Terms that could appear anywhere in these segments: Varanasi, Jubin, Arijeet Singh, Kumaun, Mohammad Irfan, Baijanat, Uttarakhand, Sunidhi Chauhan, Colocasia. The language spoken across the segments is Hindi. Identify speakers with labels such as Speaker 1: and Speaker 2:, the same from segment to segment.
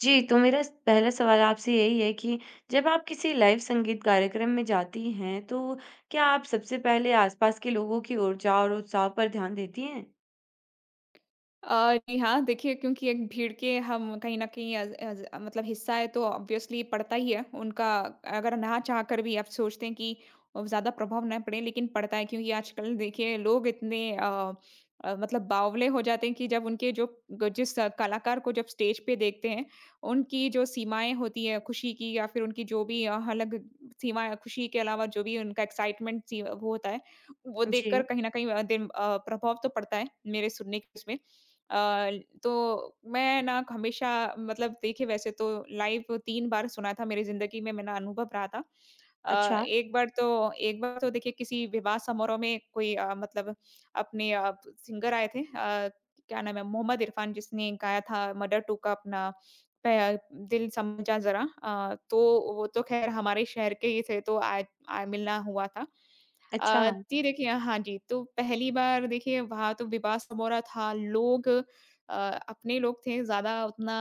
Speaker 1: जी, तो मेरा स पहला सवाल आपसे यही है कि जब आप किसी लाइव संगीत कार्यक्रम में जाती हैं, तो क्या आप सबसे पहले आसपास के लोगों की ऊर्जा और उत्साह पर ध्यान देती हैं?
Speaker 2: जी हाँ, देखिए क्योंकि एक भीड़ के हम कहीं न कहीं अज़ अज़ मतलब हिस्सा है तो ऑब्वियसली पड़ता ही है। उनका अगर ना चाहकर भी आप सोचते हैं कि ज़्यादा प्रभाव ना पड़े लेकिन पड़ता है क्योंकि आजकल देखिए लोग इतने मतलब बावले हो जाते हैं कि जब उनके जो ग जिस अ, कलाकार को जब स्टेज पे देखते हैं, उनकी जो सीमाएँ होती हैं खुशी की या फिर उनकी जो भी अलग सीमाएँ खुशी के अलावा जो भी उनका एक्साइटमेंट सी वो होता है, वो देखकर
Speaker 1: जी।
Speaker 2: कहीं न कहीं प्रभाव तो पड़ता है, मेरे सुनने के उसमें। अ, तो मैं ना हमेशा मतलब देखिए वैसे तो लाइव 3 बार सुना था मेरी ज़िंदगी में मेरा अनुभव रहा था। अ,
Speaker 1: अच्छा।
Speaker 2: एक बार तो एक बार तो देखिए किसी विवाह समारोह में कोई मतलब अपने सिंगर आए थे। क्या नाम है, मोहम्मद इरफान, जिसने गाया था मदर टू का अपना प दिल समझा ज़रा। तो वो तो ख़ैर हमारे शहर के ही थे, तो आए, मिलना हुआ था।
Speaker 1: अच्छा।
Speaker 2: जी देखिए, हाँ जी, तो पहली बार देखिए वहाँ तो विवाह समोरा था, लोग अ, अपने लोग थे, ज़्यादा उतना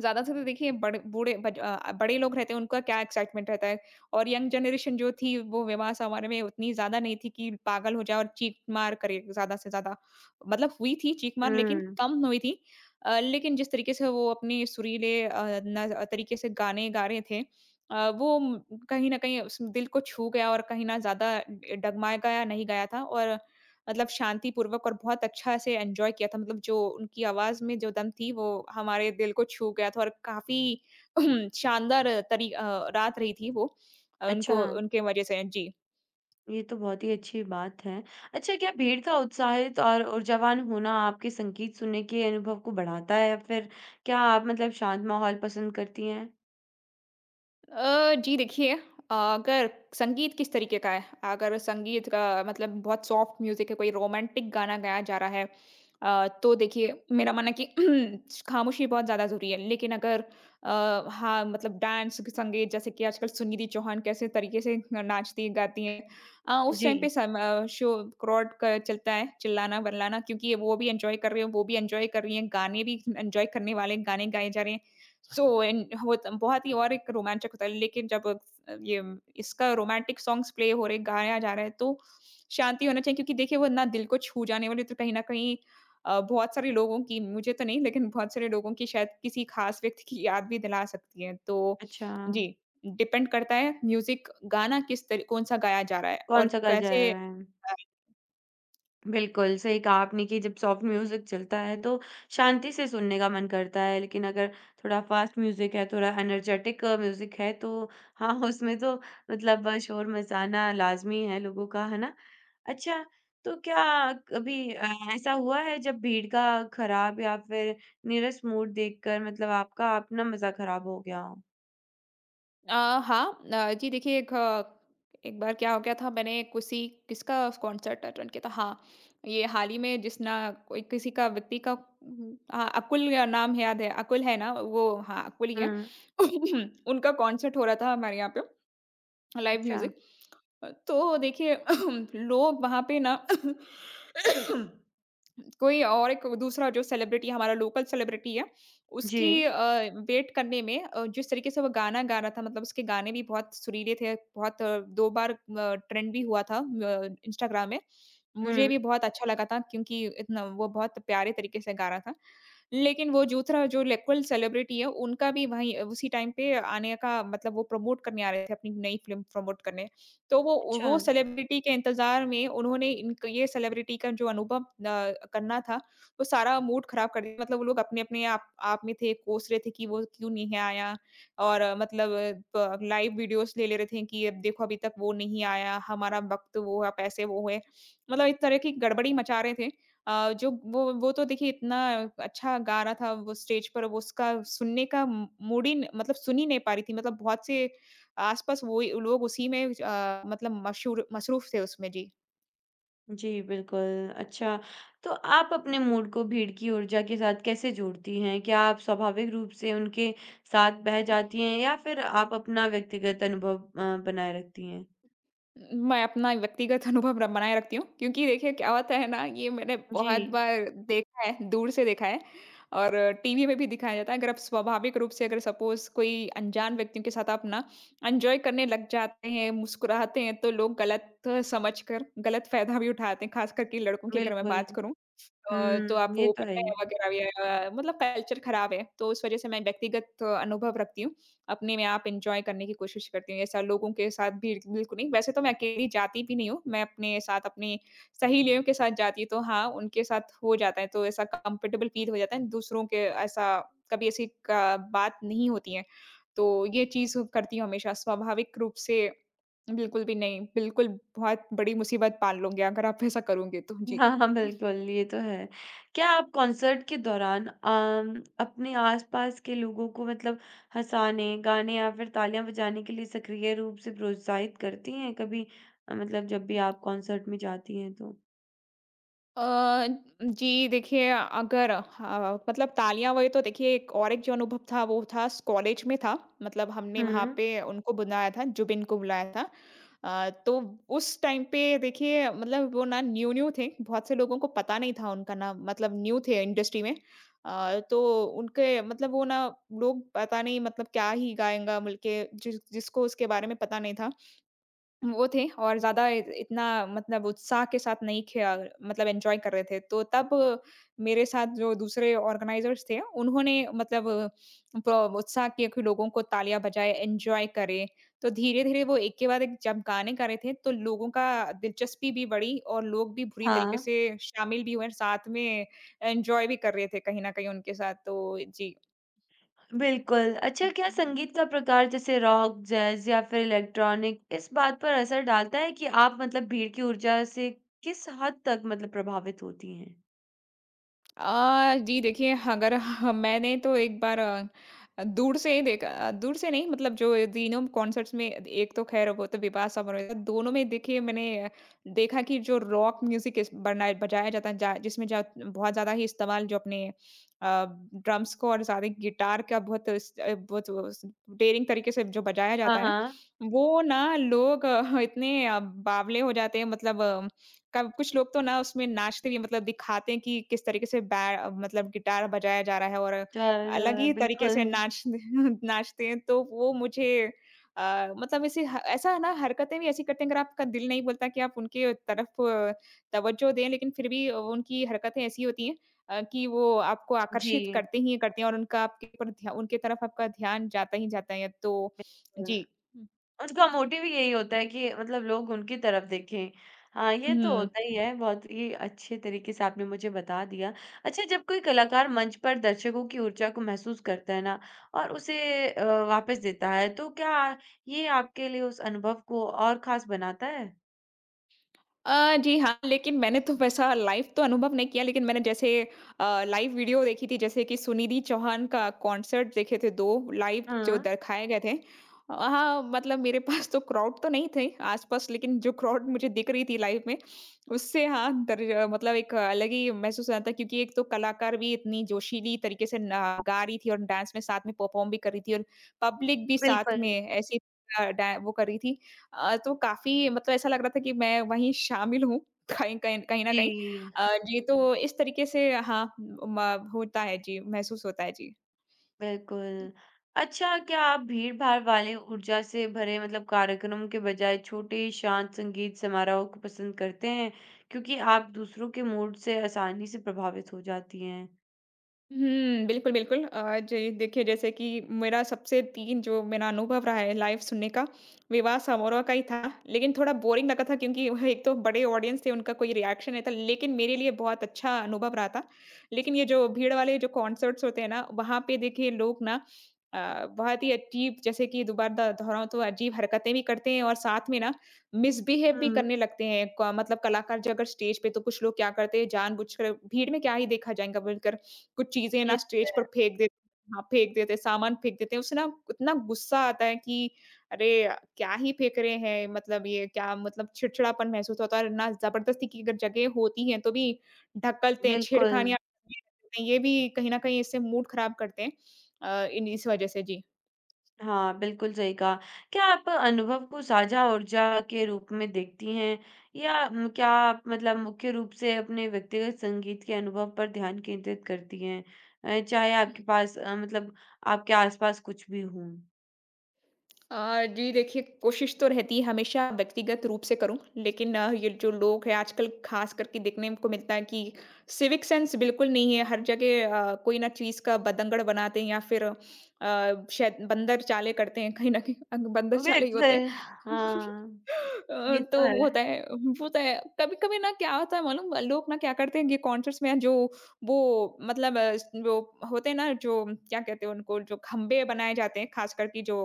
Speaker 2: ज़्यादा से तो देखिए बड़े बूढ़े, बड़े लोग रहते हैं, उनका क्या एक्साइटमेंट रहता है। और यंग जनरेशन जो थी, वो विवाह समारोह में उतनी ज़्यादा नहीं थी कि पागल हो जाए और चीख-मार करे ज़्यादा से ज़्यादा। मतलब हुई थी चीख-मार लेकिन
Speaker 1: हुँ।
Speaker 2: कम हुई थी। लेकिन जिस तरीके से वो अपने सुरीले अ, न तरीके से गाने गा रहे थे, अ, वो म- कहीं न कहीं उस दिल को छू गया और कहीं न ज़्यादा डगमगाया नहीं गया था। और मतलब शांतिपूर्वक और बहुत अच्छा से एन्जॉय किया था। मतलब जो उनकी आवाज़ में जो दम थी, वो हमारे दिल को छू गया था और काफ़ी शानदार रात रही थी वो,
Speaker 1: अच्छा,
Speaker 2: उनको उनके वज़ह से। जी।
Speaker 1: ये तो बहुत ही अच्छी बात है। अच्छा, क्या भीड़ का उत्साहित और ऊर्जावान होना आपके संगीत सुनने के अनुभव को बढ़ाता है या फिर क्या आप मतलब शांत माहौल पसंद करती हैं?
Speaker 2: जी देखिए, अगर संगीत किस तरीके का है, अगर संगीत का मतलब बहुत सॉफ्ट म्यूज़िक है, कोई रोमांटिक गाना गाया जा रहा है, तो देखिए मेरा मानना है कि खामोशी बहुत ज़्यादा ज़रूरी है। लेकिन अगर हाँ, मतलब डांस संगीत जैसे कि आजकल सुनिधि चौहान कैसे तरीके से नाचती गाती हैं, उस टाइम पे
Speaker 1: जी।
Speaker 2: शो क्राउड का चलता है, चिल्लाना-बल्लाना, क्योंकि वो भी एन्जॉय कर रहे हैं, वो भी एन्जॉय कर रही हैं, गाने भी एन्जॉय करने वाले गाने गाए जा रहे हैं। सो एन होत बहुत ही और एक रोमांचक होता है। लेकिन जब अ, ये इसका रोमांटिक सॉन्ग्स प्ले हो रहे, गाया जा रहा है, तो शांति होना चाहिए क्योंकि देखिए वो ना दिल को छू जाने वाली, तो कहीं न कहीं बहुत सारे लोगों की, मुझे तो नहीं लेकिन बहुत सारे लोगों की, शायद किसी खास व्यक्ति की याद भी दिला सकती है। तो
Speaker 1: अच्छा,
Speaker 2: जी, डिपेंड करता है म्यूज़िक गाना किस तरी कौन-सा गाया जा रहा है और
Speaker 1: कौन-सा गाया जा
Speaker 2: कैसे।
Speaker 1: रहा है?
Speaker 2: अ
Speaker 1: बिल्कुल, सही कहा आपने कि जब सॉफ्ट म्यूज़िक चलता है तो शांति से सुनने का मन करता है, लेकिन अगर थोड़ा फ़ास्ट म्यूज़िक है, थोड़ा एनर्जेटिक म्यूज़िक है तो हाँ, उसमें तो मतलब शोर-मचाना लाज़मी है लोगों का, है ना? अच्छा, तो क्या कभी ऐसा हुआ है जब भीड़ का खराब या फिर नीरस मूड देखकर मतलब आपका अपना मज़ा खराब हो गया हो?
Speaker 2: अ, हाँ, जी देखिए, एक बार क्या हो गया था, मैंने किसी किसका कॉन्सर्ट अटेंड किया था। हाँ, ये हाल ही में, जिस ना कोई किसी का व्यक्ति का, हाँ, अकुल या नाम है, याद है, अकुल है ना वो, हाँ अकुल ही है।
Speaker 1: हुँ।
Speaker 2: उनका कॉन्सर्ट हो रहा था हमारे यहाँ पे, लाइव
Speaker 1: अच्छा।
Speaker 2: म्यूजिक। तो देखिए लोग वहाँ पे ना कोई और एक दूसरा जो सेलिब्रिटी, हमारा लोकल सेलिब्रिटी है,
Speaker 1: जी।
Speaker 2: उसकी वेट करने में, जिस तरीके से वो गाना गा रहा था, मतलब उसके गाने भी बहुत सुरीले थे, बहुत 2 बार ट्रेंड भी हुआ था इंस्टाग्राम में। मुझे
Speaker 1: हुँ।
Speaker 2: भी बहुत अच्छा लगा था क्योंकि इतना वो बहुत प्यारे तरीके से गा रहा था। लेकिन वो दूसरा जो लोकल सेलिब्रिटी है, उनका भी वहीं उसी टाइम पे आने का, मतलब वो प्रमोट करने आ रहे थे, अपनी नई फ़िल्म प्रमोट करने। तो वो
Speaker 1: अच्छा।
Speaker 2: वो सेलिब्रिटी के इंतज़ार में उन्होंने इनक ये सेलिब्रिटी का जो अनुभव करना था, वो सारा मूड ख़राब कर दिया। मतलब वो लोग अपने-अपने आप में थे, कोस रहे थे कि वो क्यों नहीं आया। और मतलब प लाइव वीडियोज़ ले ले रहे थे कि अब देखो अभी तक वो नहीं आया, हमारा वक़्त वो है, पैसे वो है। मतलब इस तरह की गड़बड़ी मचा रहे थे। अ, जो वो तो देखिए इतना अच्छा गा रहा था वो स्टेज पर, वो उसका सुनने का मूड ही न, मतलब सुन ही नहीं पा रही थी। मतलब बहुत से आस-पास वही लोग उसी में, मतलब मशहूर मसरूफ़ थे उसमें। जी।
Speaker 1: जी, बिल्कुल। अच्छा, तो आप अपने मूड को भीड़ की ऊर्जा के साथ कैसे जोड़ती हैं? क्या आप स्वाभाविक रूप से उनके साथ बह जाती हैं या फिर आप अपना व्यक्तिगत अनुभव बनाए रखती हैं?
Speaker 2: मैं अपना व्यक्तिगत अनुभव र बनाए रखती हूँ क्योंकि देखिए क्या होता है ना, ये मैंने
Speaker 1: जी,
Speaker 2: बहुत बार देखा है, दूर से देखा है और टीवी में भी दिखाया जाता है। अगर आप स्वाभाविक रूप से, अगर सपोज़ कोई अनजान व्यक्तियों के साथ आप ना एन्जॉय करने लग जाते हैं, मुस्कुराते हैं, तो लोग गलत समझकर गलत फ़ायदा भी उठाते हैं, ख़ास करके लड़कों की अगर मैं
Speaker 1: बिल्कुल।
Speaker 2: बात करूँ। तो
Speaker 1: हुँ, ये
Speaker 2: आपको
Speaker 1: तो है
Speaker 2: पता है
Speaker 1: ही।
Speaker 2: वगैरह भी, मतलब कल्चर खराब है, तो उस वज़ह से मैं व्यक्तिगत अनुभव रखती हूँ। अपने में आप एन्जॉय करने की कोशिश करती हूँ, ऐसा लोगों के साथ भीड़ बिल्कुल नहीं। वैसे तो मैं अकेली जाती भी नहीं हूँ, मैं अपने साथ अपनी सहेलियों के साथ जाती हूँ, तो हाँ, उनके साथ हो जाता है, तो ऐसा कंफर्टेबल फ़ील हो जाता है, दूसरों के ऐसा कभी ऐसी का बात नहीं होती है। तो ये चीज़ करती हूँ हमेशा, स्वाभाविक रूप से बिल्कुल भी नहीं, बिल्कुल बहुत बड़ी मुसीबत पाल लूँगी अगर आप ऐसा करोगे तो। जी।
Speaker 1: हाँ, हाँ, बिल्कुल, ये तो है। क्या आप कॉन्सर्ट के दौरान अपने आस-पास के लोगों को मतलब हँसाने, गाने या फिर तालियाँ बजाने के लिए सक्रिय रूप से प्रोत्साहित करती हैं कभी मतलब जब भी आप कॉन्सर्ट में जाती हैं तो?
Speaker 2: अ, जी देखिए, अगर हाँ, मतलब तालियां, वही तो देखिए एक और एक जो अनुभव था वो था कॉलेज में था। मतलब हमने वहां
Speaker 1: हुँ।
Speaker 2: पे उनको बुलाया था, जुबिन को बुलाया था। तो उस टाइम पे देखिए, मतलब वो ना न्यू न्यू थे, बहुत से लोगों को पता नहीं था उनका नाम, मतलब न्यू थे इंडस्ट्री में। तो उनके मतलब वो ना लोग पता नहीं, मतलब क्या ही गाएंगा मिलके, जिसको उसके बारे में पता नहीं था, वो थे और ज़्यादा इ इतना मतलब उत्साह के साथ नहीं खेला, मतलब एन्जॉय कर रहे थे। तो तब मेरे साथ जो दूसरे ऑर्गनाइज़र्स थे, उन्होंने मतलब प्र उत्साह किया कि लोगों को तालियाँ बजाएँ, एन्जॉय करें। तो धीरे-धीरे वो एक के बाद एक जब गाने गा रहे थे, तो लोगों का दिलचस्पी भी बढ़ी और लोग भी बुरी तरीके
Speaker 1: हाँ,
Speaker 2: से शामिल भी हुए, साथ में एन्जॉय भी कर रहे थे कहीं न कहीं उनके साथ। तो जी।
Speaker 1: बिल्कुल। अच्छा, क्या संगीत का प्रकार जैसे रॉक, जैज़ या फिर इलेक्ट्रॉनिक इस बात पर असर डालता है कि आप मतलब भीड़ की ऊर्जा से किस हद तक मतलब प्रभावित होती हैं?
Speaker 2: जी देखिए, अगर मैंने तो एक बार दूर से ही देखा, दूर से नहीं, मतलब जो ये तीनों कॉन्सर्ट्स में, एक तो खैर वो तो विवाह समारोह था, दोनों में देखिए मैंने देखा कि जो रॉक म्यूजिक बनाया बजाया जाता है, जिसमें बहुत ज्यादा ही इस्तेमाल जो अपने ड्रम्स को और सारे गिटार का बहुत बहुत डेरिंग तरीके से जो बजाया
Speaker 1: हाँ,
Speaker 2: जाता है,
Speaker 1: हाँ।
Speaker 2: वो ना लोग इतने बावले हो जाते हैं, मतलब कब कुछ लोग तो ना उसमें नाचते भी हैं, मतलब दिखाते हैं कि किस तरीके से बै मतलब गिटार बजाया जा रहा है। और
Speaker 1: ज
Speaker 2: अलग
Speaker 1: ज
Speaker 2: ही तरीके से
Speaker 1: बिल्कुल।
Speaker 2: नाच नाचते हैं, तो वो मुझे मतलब ऐसे ह ऐसा ना हरकतें भी ऐसी करते हैं, अगर आपका दिल नहीं बोलता कि आप उनके तरफ तवज्जो दें, लेकिन फिर भी वो उनकी हरकतें ऐसी होती हैं कि वो आपको आकर्षित
Speaker 1: जी।
Speaker 2: करते ही करते हैं और उनका आपके ऊपर ध्या उनके तरफ आपका ध्यान जाता ही जाता है, तो
Speaker 1: अ
Speaker 2: जी।
Speaker 1: उनका मोटिव ही
Speaker 2: हुँ,
Speaker 1: यही
Speaker 2: हुँ।
Speaker 1: होता है कि मतलब लोग उनकी तरफ देखें। हाँ, ये तो
Speaker 2: हुँ।
Speaker 1: होता ही है, बहुत ही अच्छे तरीके से आपने मुझे बता दिया। अच्छा, जब कोई कलाकार मंच पर दर्शकों की ऊर्जा को महसूस करता है ना और उसे वापस देता है, तो क्या ये आपके लिए उस अनुभव को और ख़ास बनाता है?
Speaker 2: जी हाँ, लेकिन मैंने तो वैसा लाइव तो अनुभव नहीं किया, लेकिन मैंने जैसे लाइव वीडियो देखी थी, जैसे कि सुनिधि चौहान का कॉन्सर्ट देखे थे, 2 लाइव जो
Speaker 1: हुँ,
Speaker 2: दिखाए गए थे। हाँ, मतलब मेरे पास तो क्राउड तो नहीं थे आस-पास, लेकिन जो क्राउड मुझे दिख रही थी लाइव में, उससे हाँ, मतलब एक अलग ही महसूस हो रहा था, क्योंकि एक तो कलाकार भी इतनी जोशीली तरीके से ना गा रही थी और डांस में साथ में परफ़ॉर्म भी कर रही थी और पब्लिक भी साथ
Speaker 1: बिल्कुल।
Speaker 2: में ऐसे अ, डा वो कर रही थी। तो काफ़ी मतलब ऐसा लग रहा था कि मैं वहीं शामिल हूँ, कहीं कहीं कहीं न कहीं।
Speaker 1: जी।
Speaker 2: जी, तो इस तरीके से हाँ, म होता है जी, महसूस होता है। जी।
Speaker 1: बिल्कुल। अच्छा, क्या आप भीड़-भाड़ वाले ऊर्जा से भरे मतलब कार्यक्रम के बजाय छोटे शांत संगीत समारोह को पसंद करते हैं? क्योंकि आप दूसरों के मूड से आसानी से प्रभावित हो जाती हैं।
Speaker 2: हुँ, बिल्कुल, बिल्कुल। जी, देखिए जैसे कि मेरा सबसे 3 जो मेरा अनुभव रहा है लाइव सुनने का, विवाह समारोह का ही था। लेकिन थोड़ा बोरिंग लगा था क्योंकि वह एक तो बड़े ऑडियंस थे, उनका कोई रिएक्शन नहीं था, लेकिन मेरे लिए बहुत अच्छा अनुभव रहा था। लेकिन ये जो भीड़ वाले जो कॉन्सर्ट्स होते हैं ना, वहाँ पे देखिए लोग ना अ, बहुत ही अजीब, जैसे कि दोबारा दोहराऊँ तो अजीब हरकतें भी करते हैं, और साथ में ना मिसबिहेव भी
Speaker 1: हुँ,
Speaker 2: करने लगते हैं। क मतलब कलाकार जो अगर स्टेज पे तो कुछ लोग क्या करते हैं, जानबूझकर भीड़ में क्या ही देखा जाएगा बोलकर कुछ चीज़ें
Speaker 1: ये
Speaker 2: ना
Speaker 1: तो
Speaker 2: स्टेज पर
Speaker 1: है।
Speaker 2: फेंक देते हैं, हाँ, फेंक देते हैं, सामान फेंक देते हैं। उससे ना इतना गुस्सा आता है कि अरे! क्या ही फेंक रहे हैं, मतलब ये क्या, मतलब चिड़चिड़ापन महसूस होता है। और ना ज़बरदस्ती की अगर जगह होती है, तो भी ढकलते हैं,
Speaker 1: बिल्कुल।
Speaker 2: छेड़खानियाँ, ये भी कहीं न कहीं इससे मूड खराब करते हैं इन इस वज़ह से। जी।
Speaker 1: हाँ, बिल्कुल सही कहा। क्या आप अनुभव को साझा ऊर्जा के रूप में देखती हैं? या क्या आप मतलब मुख्य रूप से अपने व्यक्तिगत संगीत के अनुभव पर ध्यान केंद्रित करती हैं? चाहे आपके पास मतलब आपके आस-पास कुछ भी हो?
Speaker 2: जी देखिए, कोशिश तो रहती है हमेशा व्यक्तिगत रूप से करूँ, लेकिन ये जो लोग हैं आजकल ख़ास करके देखने को मिलता है कि सिविक सेंस बिल्कुल नहीं है। हर जगह कोई ना चीज़ का बतंगड़ बनाते हैं या फिर शायद बंदर चालें करते हैं, कहीं न कहीं बंदर
Speaker 1: वो भी
Speaker 2: चाले ही होते
Speaker 1: अक्सर
Speaker 2: हैं।
Speaker 1: हाँ, ये
Speaker 2: तो
Speaker 1: तो
Speaker 2: वो
Speaker 1: है।
Speaker 2: होता है, वो होता है। कभी-कभी ना क्या होता है मालूम, लोग ना क्या करते हैं कि कॉन्सर्ट्स में जो वो मतलब जो होते हैं ना, जो क्या कहते हैं उनको, जो खंबे बनाए जाते हैं, ख़ास करके जो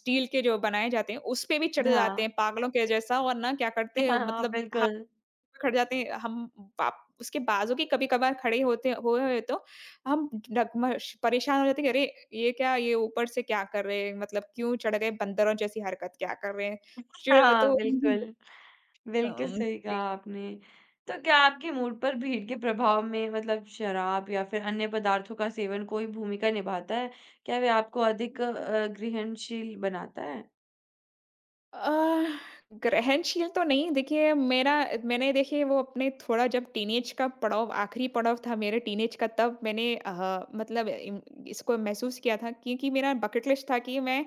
Speaker 2: स्टील के जो बनाए जाते हैं, उसपे भी चढ़ जाते
Speaker 1: हाँ,
Speaker 2: हैं पागलों के जैसा। और ना क्या करते हैं
Speaker 1: हाँ,
Speaker 2: मतलब, हम
Speaker 1: बिल्कुल।
Speaker 2: खड़े जाते हैं, हम बाप उसके बाजू के कभी-कभार खड़े होते हुए हुए तो हम डगमश परेशान हो जाते हैं कि अरे! ये क्या, ये ऊपर से क्या कर रहे हैं? मतलब क्यों चढ़ गए? बंदरों जैसी हरकत क्या कर रहे हैं? चिढ़
Speaker 1: हाँ,
Speaker 2: तो
Speaker 1: बिल्कुल। बिल्कुल
Speaker 2: अम,
Speaker 1: सही कहा आपने। तो क्या आपके मूड पर भीड़ के प्रभाव में मतलब शराब या फिर अन्य पदार्थों का सेवन कोई भूमिका निभाता है? क्या वे आपको अधिक
Speaker 2: जी।
Speaker 1: ग्रहणशील बनाता है?
Speaker 2: अ, ग्रहणशील तो नहीं, देखिए मेरा, मैंने देखिए वो अपने थोड़ा, जब टीनेज का पड़ाव, आखिरी पड़ाव था मेरे टीनेज का, तब मैंने मतलब इम- इसको महसूस किया था, क्योंकि मेरा बकेट लिस्ट था कि मैं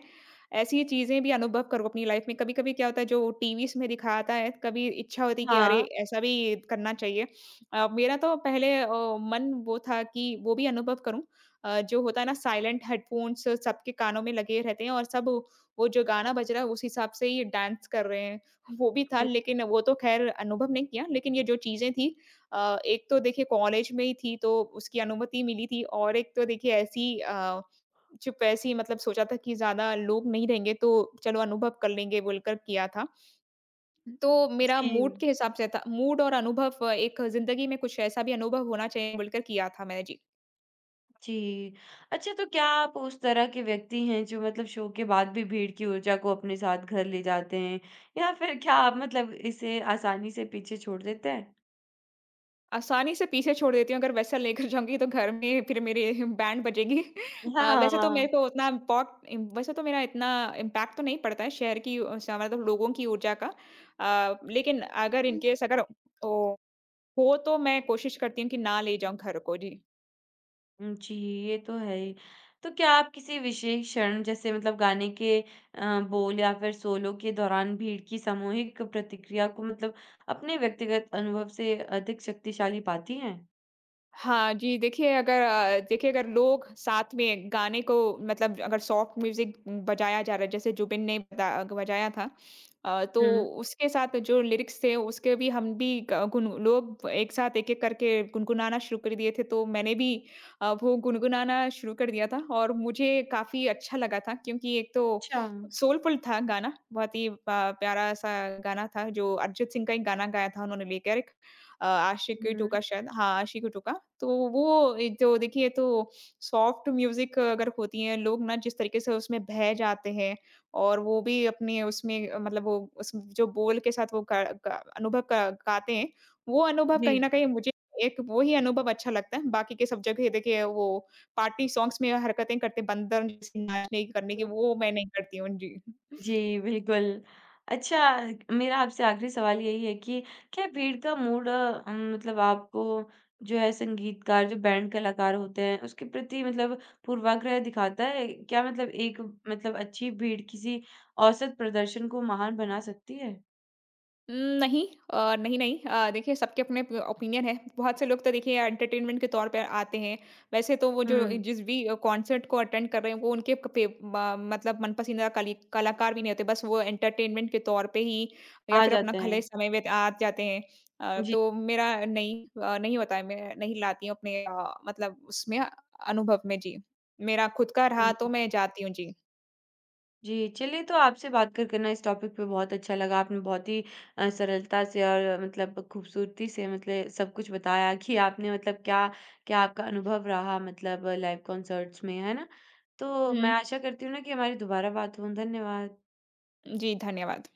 Speaker 2: ऐसी चीजें भी अनुभव करूँ अपनी लाइफ में। कभी कभी क्या होता है जो टीवीज में दिखाता है, कभी इच्छा होती कि अरे
Speaker 1: हाँ,
Speaker 2: ऐसा भी करना चाहिए। मेरा तो पहले मन वो था कि वो भी अनुभव करूँ, जो होता है ना साइलेंट हेडफोन्स सबके कानों में लगे रहते हैं और सब वो जो गाना बज रहा है उस हिसाब से ही डांस कर रहे हैं। वो भी था,
Speaker 1: बिल
Speaker 2: लेकिन वो तो ख़ैर अनुभव नहीं किया। लेकिन ये जो चीज़ें थी, एक तो देखिए कॉलेज में ही थी तो उसकी अनुमति मिली थी, और एक तो देखिए ऐसी चुप ऐसी, मतलब सोचा था कि ज़्यादा लोग नहीं रहेंगे, तो चलो अनुभव कर लेंगे बोलकर किया था। तो मेरा
Speaker 1: जी।
Speaker 2: मूड के हिसाब से था, मूड और अनुभव, एक ज़िंदगी में कुछ ऐसा भी अनुभव होना चाहिए बोलकर किया था मैंने। जी।
Speaker 1: जी। अच्छा, तो क्या आप उस तरह के व्यक्ति हैं जो मतलब शो के बाद भी भीड़ की ऊर्जा को अपने साथ घर ले जाते हैं? या फिर क्या आप मतलब इसे आसानी से पीछे छोड़ देते हैं?
Speaker 2: आसानी से पीछे छोड़ देती हूँ। अगर वैसा लेकर जाऊँगी तो घर में फिर मेरे बैंड बजेगी। वैसे तो मेरे
Speaker 1: हाँ।
Speaker 2: को उतना इम्पॉट इम वैसे तो मेरा इतना इम्पैक्ट तो नहीं पड़ता है शहर की स मतलब लोगों की ऊर्जा का। लेकिन अगर इन हुँ। केस अगर ओ हो, तो मैं कोशिश करती हूँ कि ना ले जाऊँ घर को। जी।
Speaker 1: जी, ये तो है ही। तो क्या आप किसी विशेष क्षण जैसे मतलब गाने के बोल या फिर सोलो के दौरान भीड़ की सामूहिक प्रतिक्रिया को मतलब अपने व्यक्तिगत अनुभव से अधिक शक्तिशाली पाती हैं?
Speaker 2: हाँ जी, देखिए अगर देखिए अगर लोग साथ में गाने को मतलब, अगर सॉफ्ट म्यूज़िक बजाया जा रहा है, जैसे जुबिन ने बता बजाया था, तो
Speaker 1: हुँ।
Speaker 2: उसके साथ जो लिरिक्स थे उसके भी हम भी ग गुन लोग एक साथ एक-एक करके गुनगुनाना शुरू कर दिए थे, तो मैंने भी वो गुनगुनाना शुरू कर दिया था और मुझे काफ़ी अच्छा लगा था, क्योंकि एक तो
Speaker 1: अच्छा।
Speaker 2: सोलफुल था गाना, बहुत ही प प्यारा-सा गाना था, जो अरिजीत सिंह का ही गाना गाया था उन्होंने लेकर। आशिक टू
Speaker 1: हुँ।
Speaker 2: का शायद, हाँ, आशिक टू का। तो वो एक जो देखिए, तो सॉफ्ट म्यूज़िक अगर होती है, लोग ना जिस तरीके से उसमें बह जाते हैं और वो भी अपने उसमें मतलब वो उस जो बोल के साथ वो गा गा अनुभव गा गाते हैं, वो अनुभव कहीं
Speaker 1: जी।
Speaker 2: न कहीं मुझे, एक वो ही अनुभव अच्छा लगता है। बाकी के सब जगह देखिए वो पार्टी सॉन्ग्स में हरकतें करते बंदर जैसे, नाचने की, करने की, वो मैं नहीं करती हूँ। जी।
Speaker 1: जी, बिल्कुल। अच्छा, मेरा आपसे आखिरी सवाल यही है कि क्या भीड़ का मूड मतलब आपको जो है संगीतकार, जो बैंड कलाकार होते हैं, उसके प्रति मतलब पूर्वाग्रह दिखाता है? क्या मतलब एक मतलब अच्छी भीड़ किसी औसत प्रदर्शन को महान बना सकती है?
Speaker 2: उम, नहीं नहीं, नहीं। देखिए सबके अपने प ओपिनियन है। बहुत से लोग तो देखिए एंटरटेनमेंट के तौर पे आते हैं। वैसे तो वो जो
Speaker 1: हुँ,
Speaker 2: जिस भी कॉन्सर्ट को अटेंड कर रहे हैं, वो उनके क पे म मतलब मनपसंदीदा कली कलाकार भी नहीं होते। बस वो एंटरटेनमेंट के तौर पे ही, या
Speaker 1: आ
Speaker 2: फिर अपना
Speaker 1: जाते
Speaker 2: खाली
Speaker 1: हैं।
Speaker 2: समय व्यत आ जाते हैं।
Speaker 1: जी,
Speaker 2: तो मेरा नहीं नहीं होता है, मैं नहीं लाती हूँ अपने मतलब उसमें अनुभव में। जी। मेरा खुद का रहा तो
Speaker 1: हुँ।
Speaker 2: मैं जाती हूँ। जी।
Speaker 1: जी, चलिए तो आपसे बात कर के ना इस टॉपिक पे बहुत अच्छा लगा। आपने बहुत ही सरलता से और मतलब खूबसूरती से मतलब सब कुछ बताया कि आपने मतलब क्या क्या आपका अनुभव रहा मतलब लाइव कॉन्सर्ट्स में, है ना? तो
Speaker 2: हुँ।
Speaker 1: मैं आशा करती हूँ ना कि हमारी दोबारा बात हो। धन्यवाद।
Speaker 2: जी, धन्यवाद।